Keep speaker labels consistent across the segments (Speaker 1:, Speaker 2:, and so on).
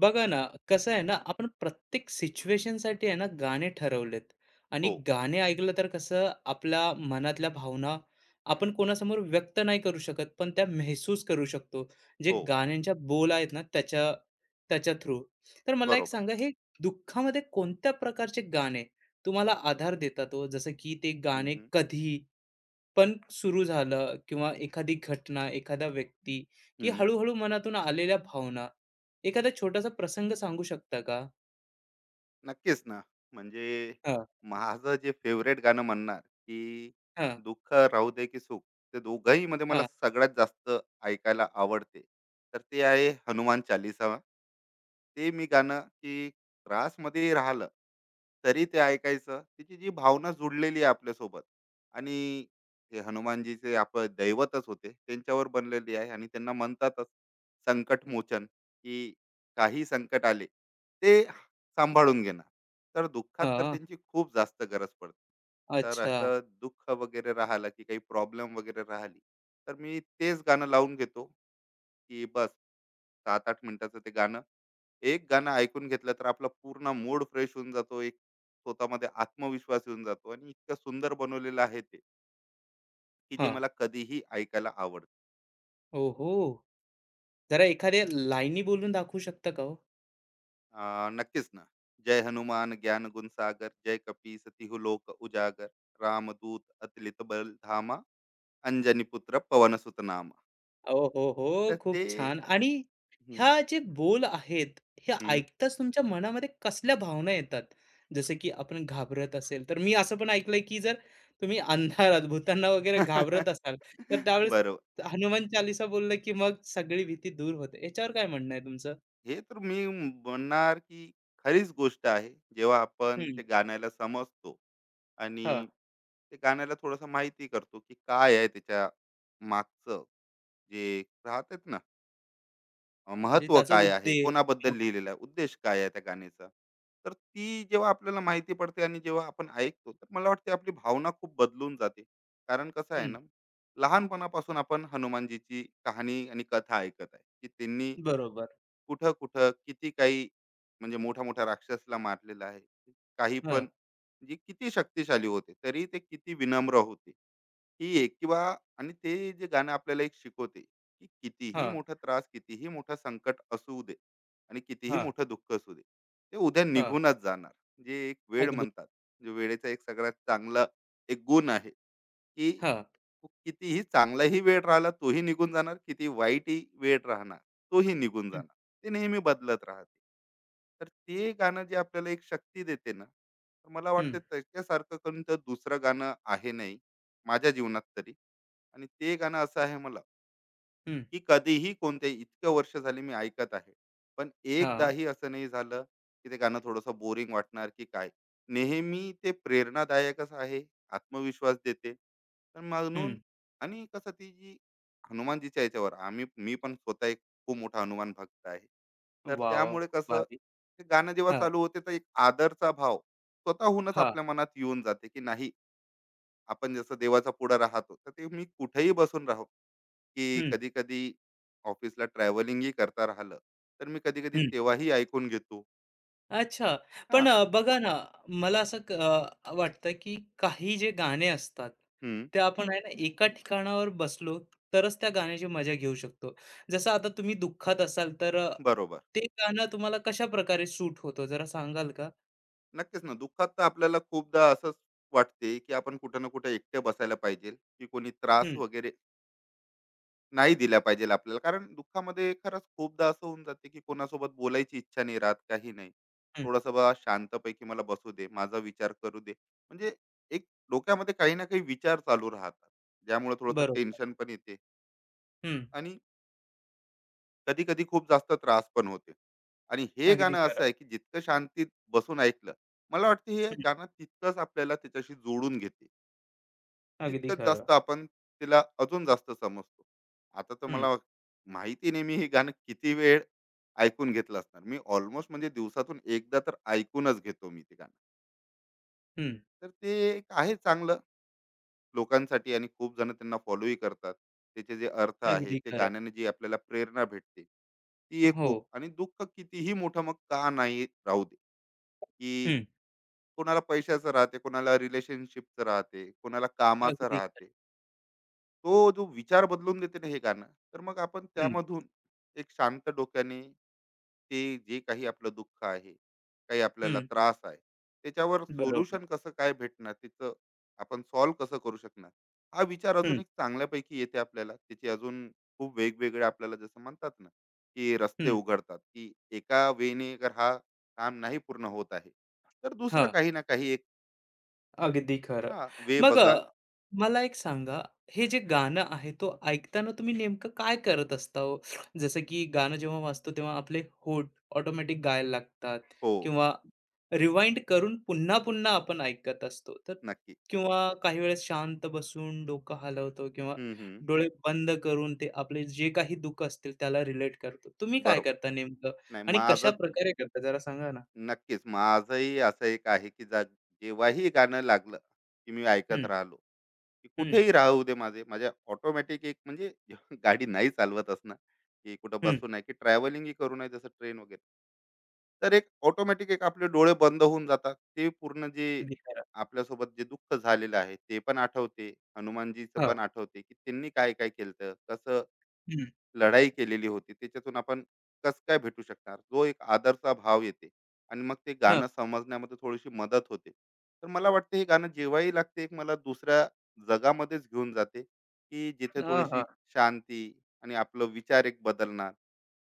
Speaker 1: बघा ना, कसं आहे ना, आपण प्रत्येक सिच्युएशनसाठी आहे ना, गाणे ठरवलेत आणि
Speaker 2: हो,
Speaker 1: गाणे ऐकलं तर कसं आपल्या मनातल्या भावना आपण कोणासमोर व्यक्त नाही करू शकत, पण त्या महसूस करू शकतो. जे
Speaker 2: हो.
Speaker 1: गाण्यांच्या बोल आहेत ना, त्याच्या त्याच्या थ्रू. तर मला एक
Speaker 2: बरोबर.
Speaker 1: सांगा, हे दुःखामध्ये कोणत्या प्रकारचे गाणे तुम्हाला आधार देतात हो? जसं की ते
Speaker 2: हं,
Speaker 1: गाणे
Speaker 2: हं.
Speaker 1: कधी पण सुरू झालं किंवा एखादी घटना, एखादा व्यक्ती की
Speaker 2: हं.
Speaker 1: हळू-हळू मनातून आलेल्या भावना, एखादा छोटासा प्रसंग सांगू शकता का?
Speaker 2: नक्कीच ना. म्हणजे
Speaker 1: हां,
Speaker 2: माझं जे फेवरेट गाणं म्हणणार, की
Speaker 1: हां,
Speaker 2: दुःख राहू दे की सुख, ते दोघंहीमध्ये मला
Speaker 1: हां,
Speaker 2: सगळ्यात जास्त ऐकायला आवडते. तर ते आहे हनुमान चालीसा. ते मी गाणं की त्रासमध्येही राहिलं, तरी ते ऐकायचं. त्याची जी भावना जुडलेली आहे आपल्यासोबत आणि हे हनुमानजीचे आपलं दैवतच होते. त्यांच्यावर बनलेली आहे आणि त्यांना म्हणतातच संकटमोचन, की काही संकट आले, ते सांभाळून घेणार. तर दुःखात तर
Speaker 1: हां.
Speaker 2: त्यांची खूप जास्त गरज पडते. तर
Speaker 1: अच्छा.
Speaker 2: असं दुःख वगैरे राहिलं, की काही प्रॉब्लेम वगैरे राहिली, तर मी तेच गाणं लावून घेतो, की बस 7-8 मिनिटाचं ते गाणं. एक गाणं ऐकून घेतलं तर आपला पूर्ण मूड फ्रेश होऊन जातो. एक स्वतःमध्ये आत्मविश्वास येऊन जातो आणि इतकं सुंदर बनवलेलं आहे ते, की जे
Speaker 1: हां.
Speaker 2: मला कधीही ऐकायला आवडतं.
Speaker 1: ओहो! जरा एखाद्या लाईनी बोलून दाखवू शकता का हो?
Speaker 2: नक्कीच ना. जय हनुमान ज्ञान गुण जय कपीस तिहू लोक उजागर, रामदूत अतुलित बल धामा. अंजनी पुत्र पवन सुत नाम.
Speaker 1: ओहोहो!
Speaker 2: तर
Speaker 1: खूप
Speaker 2: ते
Speaker 1: छान. आणि
Speaker 2: हम्म,
Speaker 1: ह्या जे बोल आहेत, हे
Speaker 2: हम्म.
Speaker 1: ऐकताच तुमच्या मनामध्ये कसल्या भावना येतात? जसं की आपण घाबरत असेल, तर मी असं पण ऐकलंय, की जर तुम्ही अंधारात भूतांना वगैरे घाबरत असाल, तर त्यावेळेस
Speaker 2: बरोबर.
Speaker 1: हनुमान चालीसा बोललं, की मग सगळी भीती दूर होते. याच्यावर काय म्हणणं आहे तुमचं?
Speaker 2: हे तर मी म्हणणार की खरीच गोष्ट आहे जेव्हा आपण
Speaker 1: हं,
Speaker 2: ते गाण्याला समजतो आणि
Speaker 1: हां.
Speaker 2: ते गाण्याला थोडस माहिती करतो की काय आहे त्याच्या मागचं जे राहतात ना,
Speaker 1: म्हणजे
Speaker 2: महत्व
Speaker 1: त्याचा
Speaker 2: काय आहे,
Speaker 1: उद्देश
Speaker 2: कोणाबद्दल लिहिलेलं आहे, उद्देश काय आहे त्या गाण्याचा. तर ती जेव्हा आपल्याला माहिती पडते आणि जेव्हा आपण ऐकतो तर मला वाटते आपली भावना खूप बदलून जाते. कारण कसं आहे
Speaker 1: हं,
Speaker 2: ना, लहानपणापासून आपण हनुमानजीची कहाणी आणि कथा ऐकत आहे की त्यांनी
Speaker 1: बरोबर.
Speaker 2: कुठं कुठं किती काही म्हणजे मोठा मोठा राक्षसला मारलेला आहे. काही
Speaker 1: हां,
Speaker 2: पण जे किती शक्तिशाली होते तरी ते किती विनम्र होते. ही एक किंवा आणि ते जे गाणं आपल्याला एक शिकवते, की कितीही
Speaker 1: हां,
Speaker 2: मोठा त्रास, कितीही मोठा संकट असू दे आणि कितीही
Speaker 1: हां,
Speaker 2: मोठं दुःख असू दे, ते उद्या
Speaker 1: हां.
Speaker 2: निघूनच जाणार. जे एक वेळ
Speaker 1: अगदी.
Speaker 2: म्हणतात, जे वेळेचा एक सगळ्यात चांगला एक गुण आहे, की
Speaker 1: हां.
Speaker 2: कितीही चांगलाही वेळ राहिला तोही निघून जाणार, किती वाईटही वेळ राहणार तोही निघून
Speaker 1: हं,
Speaker 2: जाणार. ते नेहमी बदलत राहते. तर ते गाणं जे आपल्याला एक शक्ती देते ना, तर मला
Speaker 1: हं,
Speaker 2: वाटते त्याच्यासारखं करून तर दुसरं गाणं आहे नाही, माझ्या जीवनात तरी. आणि ते गाणं असं आहे मला,
Speaker 1: हं.
Speaker 2: की कधीही कोणत्याही इतक्या वर्ष झाली मी ऐकत आहे. पण
Speaker 1: हां.
Speaker 2: एकदाही असं नाही झालं, की ते गाणं थोडंसं बोरिंग वाटणार की काय. नेहमी ते प्रेरणादायकच आहे, आत्मविश्वास देते. तर
Speaker 1: हं.
Speaker 2: म्हणून आणि कसं ती जी हनुमानजीच्या याच्यावर आम्ही मी पण स्वतः एक खूप मोठा हनुमान भक्त आहे. तर
Speaker 1: वॉव!
Speaker 2: त्यामुळे
Speaker 1: खूप
Speaker 2: कसं
Speaker 1: भारी.
Speaker 2: ते गाणं जेव्हा
Speaker 1: हां,
Speaker 2: चालू होते, तर एक आदरचा भाव स्वतःहूनच
Speaker 1: हां.
Speaker 2: आपल्या मनात येऊन जाते, की नाही आपण जसं देवाचा पुढं राहतो, तर ते मी कुठेही बसून राहो, की
Speaker 1: हं,
Speaker 2: कधी-कधी ऑफिसला ट्रॅव्हलिंगही करता राहिलं, तर मी कधी-कधी
Speaker 1: हं.
Speaker 2: तेव्हाही ऐकून घेतो.
Speaker 1: अच्छा. पण
Speaker 2: हां,
Speaker 1: बघा ना, मला असं वाटतं की काही जे गाणे असतात,
Speaker 2: हं,
Speaker 1: ते आपण आहे ना एका ठिकाणावर बसलो तरच त्या गाण्याची मजा घेऊ शकतो. जसं आता तुम्ही दुःखात असाल तर
Speaker 2: बरोबर.
Speaker 1: ते गाणं तुम्हाला कशा प्रकारे सूट होतं जरा सांगाल का?
Speaker 2: नक्कीच ना, दुःखात तर आपल्याला खूपदा असंच वाटते, की आपण कुठं ना कुठं एकटे बसायला पाहिजे, की कोणी त्रास
Speaker 1: हं,
Speaker 2: वगैरे नाही दिला पाहिजे आपल्याला. कारण दुःखामध्ये खरंच खूपदा असं होऊन जाते, की कोणासोबत बोलायची इच्छा नाही राहत, काही नाही.
Speaker 1: हं.
Speaker 2: थोडंसं बा शांतपैकी मला बसू दे, माझा विचार करू दे. म्हणजे एक डोक्यामध्ये काही ना काही विचार चालू राहतात, ज्यामुळे थोडंसं
Speaker 1: बरोबर.
Speaker 2: टेन्शन पण येते
Speaker 1: हं.
Speaker 2: आणि कधी कधी खूप जास्त त्रास पण होते. आणि हे
Speaker 1: अगदी
Speaker 2: गाणं असं
Speaker 1: खरं.
Speaker 2: आहे की जितकं शांतीत बसून ऐकलं, मला वाटतं हे
Speaker 1: हं.
Speaker 2: गाणं तितकंच आपल्याला त्याच्याशी जोडून घेते,
Speaker 1: अगदी
Speaker 2: तितकंच
Speaker 1: खरं.
Speaker 2: जास्त आपण तिला अजून जास्त समजतो. आता तर
Speaker 1: हं,
Speaker 2: मला माहिती नाही मी हे गाणं किती वेळ ऐकून घेतलं असणार. मी ऑलमोस्ट म्हणजे दिवसातून एकदा तर ऐकूनच घेतो मी ते गाणं.
Speaker 1: हं.
Speaker 2: तर ते एक आहे चांगलं लोकांसाठी आणि खूप जण त्यांना फॉलोही करतात. त्याचे जे अर्थ आहे,
Speaker 1: अगदी
Speaker 2: ते
Speaker 1: खरं.
Speaker 2: गाण्याने जी आपल्याला प्रेरणा भेटते, ती एक
Speaker 1: हो.
Speaker 2: खूप. आणि दुःख कितीही मोठं मग का नाही राहू दे, की
Speaker 1: हं.
Speaker 2: कोणाला पैशाचं राहते, कोणाला रिलेशनशिपचं राहते, कोणाला कामाचं
Speaker 1: अगदी खरं.
Speaker 2: राहते, तो जो विचार बदलून देते ना हे गाणं, तर मग आपण
Speaker 1: हं,
Speaker 2: त्यामधून एक शांत डोक्याने ते जे काही आपलं दुःख आहे, काही आपल्याला
Speaker 1: हं.
Speaker 2: त्रास आहे, त्याच्यावर
Speaker 1: बरोबर.
Speaker 2: सोल्युशन कसं काय भेटणार, त्याचं आपण सॉल्व कसं करू शकणार, हा विचार
Speaker 1: हं,
Speaker 2: अजून एक चांगल्यापैकी येते आपल्याला. त्याची अजून खूप वेगवेगळे आपल्याला जसं म्हणतात ना, की रस्ते
Speaker 1: हं.
Speaker 2: उघडतात. की एका वेने जर हा काम नाही पूर्ण होत आहे, तर दुसरं
Speaker 1: हां.
Speaker 2: काही ना काही एक
Speaker 1: अगदी खरं.
Speaker 2: हा वे
Speaker 1: मग
Speaker 2: बघा.
Speaker 1: मला एक सांगा, हे जे गाणं आहे, तो ऐकताना तुम्ही नेमकं काय करत असता हो? जसं की गाणं जेव्हा वाजतो, तेव्हा आपले होठ ऑटोमॅटिक गायला लागतात
Speaker 2: हो,
Speaker 1: किंवा रिवाइंड करून पुन्हा-पुन्हा आपण ऐकत असतो. तर
Speaker 2: नक्की.
Speaker 1: किंवा काही वेळेस शांत बसून डोकं हलवतो किंवा
Speaker 2: हम्म, हम्म.
Speaker 1: डोळे बंद करून ते आपले जे काही दुःख असतील त्याला रिलेट करतो. तुम्ही काय
Speaker 2: बरोबर.
Speaker 1: करता नेमकं
Speaker 2: नाही
Speaker 1: आणि
Speaker 2: माझं
Speaker 1: कशाप्रकारे करता जरा सांगा ना?
Speaker 2: नक्कीच माझंही असं एक आहे की जेव्हाही गाणं लागलं, की मी ऐकत
Speaker 1: हं,
Speaker 2: राहिलो, की
Speaker 1: हं,
Speaker 2: कुठेही राहू दे, माझे माझ्या ऑटोमॅटिक एक म्हणजे गाडी नाही चालवत असणं, की कुठं
Speaker 1: हं.
Speaker 2: बसू नये, की ट्रॅव्हलिंगही करू नये जसं ट्रेन वगैरे. तर एक ऑटोमॅटिक एक आपले डोळे बंद होऊन जातात. ते पूर्ण जे
Speaker 1: अगदी खरं.
Speaker 2: आपल्यासोबत जे दुःख झालेलं आहे ते पण आठवते, हनुमानजीचं
Speaker 1: हां,
Speaker 2: पण आठवते की त्यांनी काय काय केलं, कसं
Speaker 1: हं,
Speaker 2: लढाई केलेली होती, त्याच्यातून आपण कसं काय भेटू शकणार, जो एक आदरचा भाव येते. आणि मग ते
Speaker 1: हां.
Speaker 2: गाणं समजण्यामध्ये थोडीशी मदत होते. तर मला वाटतं हे गाणं जेव्हाही लागते, एक मला दुसऱ्या जगामध्येच घेऊन जाते, की जिथे
Speaker 1: हां, हां.
Speaker 2: थोडीशी शांती आणि आपलं विचार एक बदलणार.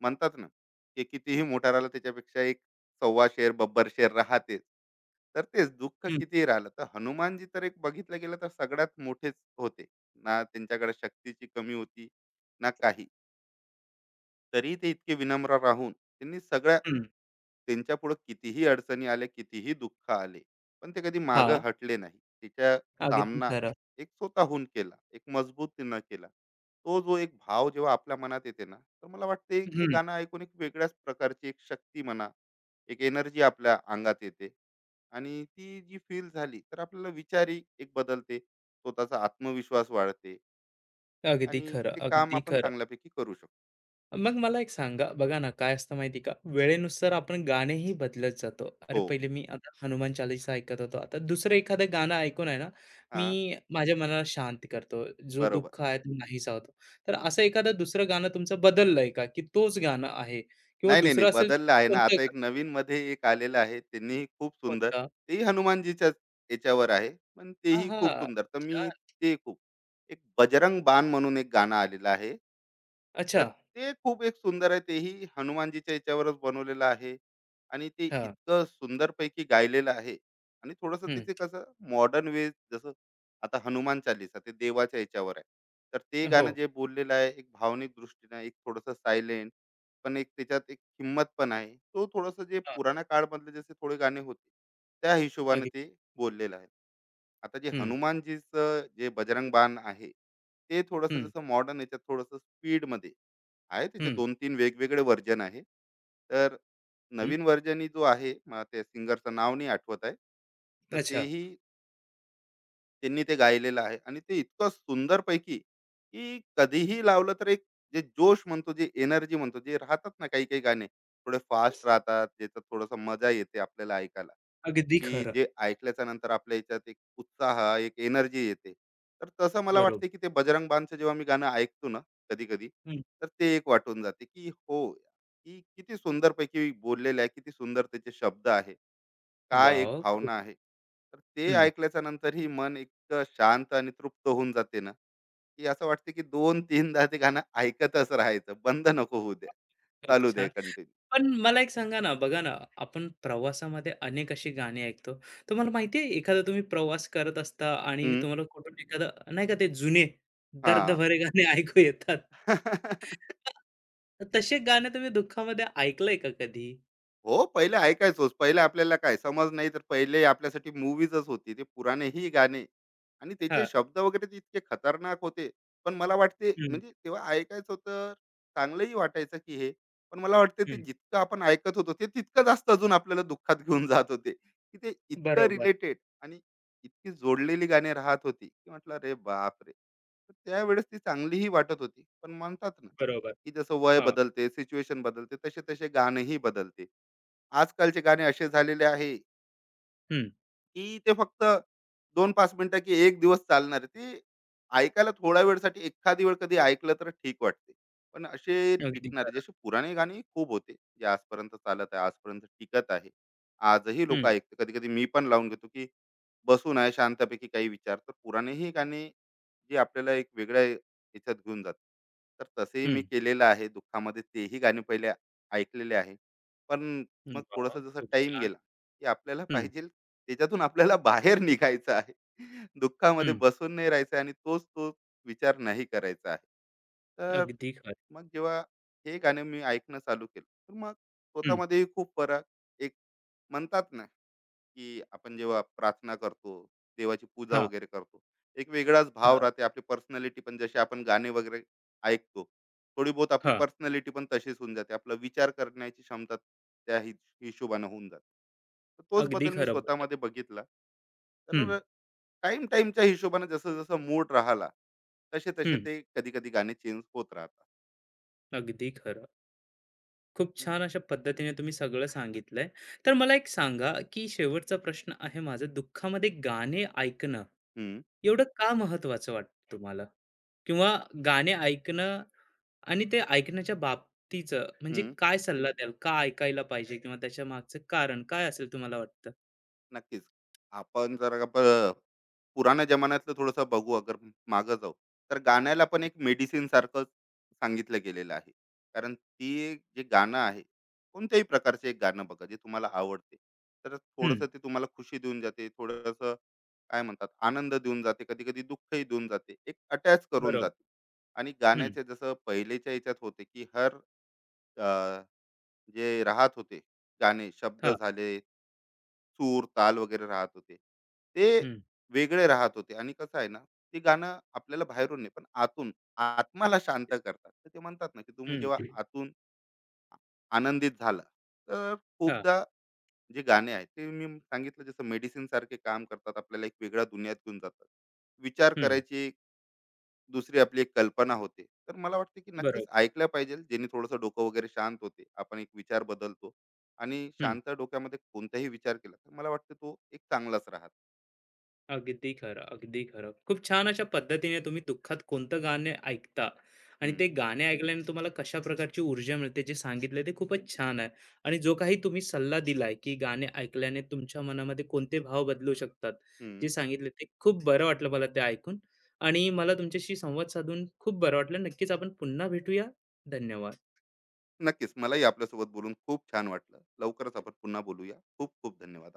Speaker 2: म्हणतात ना की कितीही मोठा राहिला त्याच्यापेक्षा एक सव्वा शेर बब्बर शेर राहतेच. तर तेच दुःख
Speaker 1: हं,
Speaker 2: कितीही राहिलं, तर हनुमानजी तर एक बघितलं गेलं तर सगळ्यात मोठेच होते. ना त्यांच्याकडे शक्तीची कमी होती, ना काही. तरी ते इतके विनम्र राहून त्यांनी सगळ्या
Speaker 1: हं.
Speaker 2: त्यांच्या पुढे कितीही अडचणी आल्या, कितीही दुःख आले, पण ते कधी मागं
Speaker 1: हां,
Speaker 2: हटले नाही. तिच्या
Speaker 1: अगदी
Speaker 2: सामना
Speaker 1: खरं.
Speaker 2: एक स्वतःहून केला, एक मजबूतीनं केला. तो जो एक भाव जेव्हा आपल्या मनात येते ना, तर मला वाटते ते
Speaker 1: हं,
Speaker 2: गाणं ऐकून एक वेगळ्याच प्रकारची एक शक्ती म्हणा, एक एनर्जी आपल्या अंगात येते. आणि ती जी फील झाली, तर आपल्याला विचारही एक बदलते, स्वतःचा आत्मविश्वास वाढते
Speaker 1: अगदी
Speaker 2: आणि
Speaker 1: खरं,
Speaker 2: ते काम
Speaker 1: अगदी
Speaker 2: आपण
Speaker 1: खरं.
Speaker 2: चांगल्यापैकी करू शकतो.
Speaker 1: मग मला एक सांगा, बघा ना, काय असतं माहिती आहे का, वेळेनुसार आपण गाणेही बदलत जातो. अरे,
Speaker 2: हो,
Speaker 1: पहिले मी आता हनुमान चालीसा ऐकत होतो, आता दुसरं एखादं गाणं ऐकून आहे ना,
Speaker 2: हा,
Speaker 1: मी माझ्या मनाला शांत करतो. जो
Speaker 2: बरोबर.
Speaker 1: दुःख आहे तो नाहीसा होतो. तर असं एखादं दुसरं गाणं तुमचं बदललंय का, की तोच गाणं आहे? किंवा
Speaker 2: नाही, नाही, नाही.
Speaker 1: दुसरं असेल तर
Speaker 2: बदललं आहे ना.
Speaker 1: कोणतं
Speaker 2: आता
Speaker 1: गाणं
Speaker 2: एक नवीनमध्ये एक आलेलं आहे. त्यांनीही खूप सुंदर,
Speaker 1: कोणतं?
Speaker 2: तेही हनुमानजीच्याच याच्यावर आहे. पण तेही
Speaker 1: आहा!
Speaker 2: खूप सुंदर. तर मी
Speaker 1: छान.
Speaker 2: ते खूप एक बजरंग बाण म्हणून एक गाणं आलेलं आहे.
Speaker 1: अच्छा.
Speaker 2: तर ते खूप एक सुंदर आहे, तेही हनुमानजीच्या याच्यावरच बनवलेलं आहे आणि ते
Speaker 1: हां.
Speaker 2: इतकं सुंदरपैकी गायलेलं आहे. आणि थोडंसं
Speaker 1: हं.
Speaker 2: त्याचे कसं मॉडर्न वे जसं आता हनुमान चालीसा ते देवाच्या याच्यावर आहे, तर ते
Speaker 1: हो.
Speaker 2: गाणं जे बोललेलं आहे एक भावनिक दृष्टीने एक थोडंसं सायलेंट पण एक त्याच्यात एक हिंमत पण आहे. तो थोडंसं जे
Speaker 1: हां.
Speaker 2: पुराण्या काळमधले जसे थोडे गाणे होते, त्या हिशोबाने
Speaker 1: अगदी.
Speaker 2: ते बोललेलं आहे. आता जे
Speaker 1: हं,
Speaker 2: हनुमानजीचं जे बजरंग बाण आहे, ते थोडंसं
Speaker 1: हं.
Speaker 2: जसं मॉडर्न याच्यात थोडंसं स्पीडमध्ये आहे. त्याचे
Speaker 1: हं,
Speaker 2: दोन-तीन वेगवेगळे व्हर्जन आहे. तर
Speaker 1: हं.
Speaker 2: नवीन व्हर्जनही जो आहे, मला त्या सिंगरचं नाव नाही आठवत आहे. तर
Speaker 1: अच्छा.
Speaker 2: तेही त्यांनी ते गायलेलं आहे आणि ते इतकं सुंदरपैकी, की कधीही लावलं तर एक जे जोश म्हणतो, जे एनर्जी म्हणतो, जे राहतात ना, काही-काही गाणे थोडे फास्ट राहतात, ज्याचं थोडंसं मजा येते आपल्याला ऐकायला.
Speaker 1: अगदी
Speaker 2: की
Speaker 1: खरं.
Speaker 2: जे ऐकल्याच्या नंतर आपल्या याच्यात एक उत्साह, एक एनर्जी येते. तर तसं मला वाटते की
Speaker 1: बरोबर.
Speaker 2: ते बजरंग बांधचं जेव्हा मी गाणं ऐकतो ना, कधी कधी,
Speaker 1: हं.
Speaker 2: तर ते एक वाटून जाते की हो, की किती सुंदरपैकी बोललेलं आहे, किती सुंदर त्याचे शब्द आहे, काय एक
Speaker 1: वॉव! खूप
Speaker 2: भावना आहे. तर ते
Speaker 1: हं.
Speaker 2: ऐकल्याच्या नंतर ही मन इतकं शांत आणि तृप्त होऊन जाते ना, की असं वाटते की दोन तीनदा ते गाणं ऐकतच राहायचं, बंद नको होऊ द्या,
Speaker 1: खूप
Speaker 2: चालू द्या,
Speaker 1: छान.
Speaker 2: कंटिन्यू.
Speaker 1: पण मला एक सांगा ना, बघा ना, आपण प्रवासामध्ये अनेक अशी गाणी ऐकतो. तुम्हाला माहिती आहे एखादा तुम्ही प्रवास करत असता आणि तुम्हाला कुठून एखादं नाही का ते जुने
Speaker 2: हा.
Speaker 1: दर्द भरे गाणे ऐकू येतात. तसे गाणे तुम्ही दुःखामध्ये ऐकलंय का कधी?
Speaker 2: हो, पहिले ऐकायचोच. पहिले आपल्याला काय समज नाही, तर पहिले आपल्यासाठी मूव्हीजच होती. ते पुराणेही गाणे आणि त्याचे
Speaker 1: हां.
Speaker 2: शब्द वगैरे ते इतके खतरनाक होते. पण मला वाटते,
Speaker 1: हं,
Speaker 2: म्हणजे तेव्हा ऐकायचं तर चांगलंही वाटायचं की हे. पण मला वाटते ते
Speaker 1: हं.
Speaker 2: जितकं आपण ऐकत होतो, ते तितकं जास्त अजून आपल्याला दुःखात घेऊन जात होते, की ते इतकं
Speaker 1: बरोबर,
Speaker 2: रिलेटेड आणि इतकी जोडलेली गाणी राहत होती, की म्हटलं "अरे बापरे!" तर त्यावेळेस ती चांगलीही वाटत होती. पण म्हणतात ना,
Speaker 1: बरोबर.
Speaker 2: की जसं वय
Speaker 1: हां.
Speaker 2: बदलते, सिच्युएशन बदलते, तसे-तसे गाणंही बदलते. आजकालचे गाणे असे झालेले आहे,
Speaker 1: हं.
Speaker 2: की ते फक्त दोन 5 मिनिटं की एक दिवस चालणारे. ते ऐकायला थोड्या वेळसाठी एखादी वेळ कधी ऐकलं तर ठीक वाटते. पण असे
Speaker 1: अगदी
Speaker 2: टिकणारे
Speaker 1: खरं.
Speaker 2: जसे पुराणे गाणे खूप होते, जे आजपर्यंत चालत आहे, आजपर्यंत टिकत आहे. आजही लोकं
Speaker 1: हं,
Speaker 2: ऐकतात. कधी-कधी मी पण लावून घेतो, की बसून आहे शांतपैकी काही विचार. तर पुराणेही गाणे जी आपल्याला एक वेगळ्या याच्यात घेऊन जाते. तर तसंही मी
Speaker 1: हं.
Speaker 2: केलेलं आहे, दुःखामध्ये तेही गाणे पहिले ऐकलेले आहे. पण मग
Speaker 1: वाह!
Speaker 2: थोडासा जसा
Speaker 1: खूप
Speaker 2: टाइम
Speaker 1: छान.
Speaker 2: गेला, की आपल्याला
Speaker 1: हं,
Speaker 2: पाहिजे त्याच्यातून आपल्याला बाहेर निघायचं आहे, दुःखामध्ये बसून नाही राहायचं आणि तोच तोच विचार नाही करायचा आहे. तर
Speaker 1: अगदी खरं.
Speaker 2: मग जेव्हा हे गाणं मी ऐकणं चालू केलं, तर मग
Speaker 1: हं.
Speaker 2: स्वतःमध्येही खूप फरक एक म्हणतात ना, की आपण जेव्हा प्रार्थना करतो, देवाची पूजा
Speaker 1: हां,
Speaker 2: वगैरे करतो, एक वेगळाच भाव
Speaker 1: हां,
Speaker 2: राहते. आपली पर्सनॅलिटी पण जशी आपण गाणे वगैरे ऐकतो, थोडी बहुत आपली
Speaker 1: हां.
Speaker 2: पर्सनॅलिटी पण तशीच होऊन जाते. आपला विचार करण्याची क्षमता त्या हि हिशोबानं होऊन जाते. तर तोच
Speaker 1: अगदी
Speaker 2: बदल मी
Speaker 1: खरं बोललात.
Speaker 2: स्वतःमध्ये बघितला.
Speaker 1: हं,
Speaker 2: तर टाईम टाईमच्या हिशोबानं जसं-जसं मूड राहिला, तसे-तसे
Speaker 1: हं.
Speaker 2: ते कधी-कधी गाणे चेंज होत राहतात.
Speaker 1: अगदी खरं. खूप
Speaker 2: हं,
Speaker 1: छान अशा पद्धतीने तुम्ही सगळं सांगितलंय. तर मला एक सांगा, की शेवटचा प्रश्न आहे माझा, दुःखामध्ये गाणे ऐकणं
Speaker 2: हं,
Speaker 1: एवढं का महत्त्वाचं वाटतं तुम्हाला? किंवा गाणे ऐकणं आणि ते ऐकण्याच्या बाबतीचं म्हणजे काय सल्ला द्याल? का ऐकायला पाहिजे किंवा त्याच्या मागचं कारण काय असेल तुम्हाला वाटतं?
Speaker 2: नक्कीच. आपण जर का ब पुराण्या जमान्यातलं थोडंसं बघू अगर मागं जाऊ, तर गाण्याला पण एक मेडिसिन सारखं सांगितलं गेलेलं आहे. कारण ती एक जे गाणं आहे, कोणत्याही प्रकारचे एक गाणं बघा जे तुम्हाला आवडते. तर
Speaker 1: हं,
Speaker 2: थोडंसं ते तुम्हाला खुशी देऊन जाते, थोडंसं काय म्हणतात आनंद देऊन जाते, कधी-कधी दुःखही देऊन जाते, एक अटॅच करून
Speaker 1: बरोबर.
Speaker 2: जाते. आणि
Speaker 1: हं,
Speaker 2: गाण्याचे जसं पहिलेच्या ह्याच्यात होते, की हर अ, जे राहत होते गाणे, शब्द
Speaker 1: हां,
Speaker 2: झाले, सूर ताल वगैरे राहत होते, ते
Speaker 1: हं,
Speaker 2: वेगळे राहत होते. आणि कसं आहे ना, ते गाणं आपल्याला बाहेरून नाही पण आतून आत्माला शांत करतात. तर ते म्हणतात ना, की तुम्ही
Speaker 1: हं,
Speaker 2: जेव्हा आतून आनंदित झाला, तर
Speaker 1: हां,
Speaker 2: खूपदा जे गाणे आहेत, ते मी सांगितलं जसं मेडिसिन सारखे काम करतात, आपल्याला एक वेगळ्या दुनियात घेऊन जातात. विचार
Speaker 1: हं,
Speaker 2: करायची एक दुसरी आपली एक कल्पना होते. तर मला वाटते की नक्कीच
Speaker 1: बरोबर.
Speaker 2: ऐकल्या पाहिजे, जेणे थोडंसं डोकं वगैरे शांत होते, आपण एक विचार बदलतो आणि
Speaker 1: हं,
Speaker 2: शांत डोक्यामध्ये कोणताही विचार केला तर मला वाटतं तो एक चांगलाच राहत.
Speaker 1: अगदी खरं, अगदी खरं. खूप छान अशा पद्धतीने तुम्ही दुःखात कोणतं गाणे ऐकता आणि ते
Speaker 2: हम्म,
Speaker 1: गाणे ऐकल्याने तुम्हाला कशा प्रकारची ऊर्जा मिळते जे सांगितले ते खूपच छान आहे. आणि जो काही तुम्ही सल्ला दिलाय, की गाणे ऐकल्याने तुमच्या मनामध्ये कोणते भाव बदलू शकतात,
Speaker 2: हम्म.
Speaker 1: जे सांगितले ते खूप बरं वाटलं मला ते ऐकून आणि मला तुमच्याशी संवाद साधून खूप बरं वाटलं. नक्कीच आपण पुन्हा भेटूया. धन्यवाद.
Speaker 2: नक्कीच, मलाही आपल्यासोबत बोलून खूप छान वाटलं. लवकरच आपण पुन्हा बोलूया. खूप खूप धन्यवाद.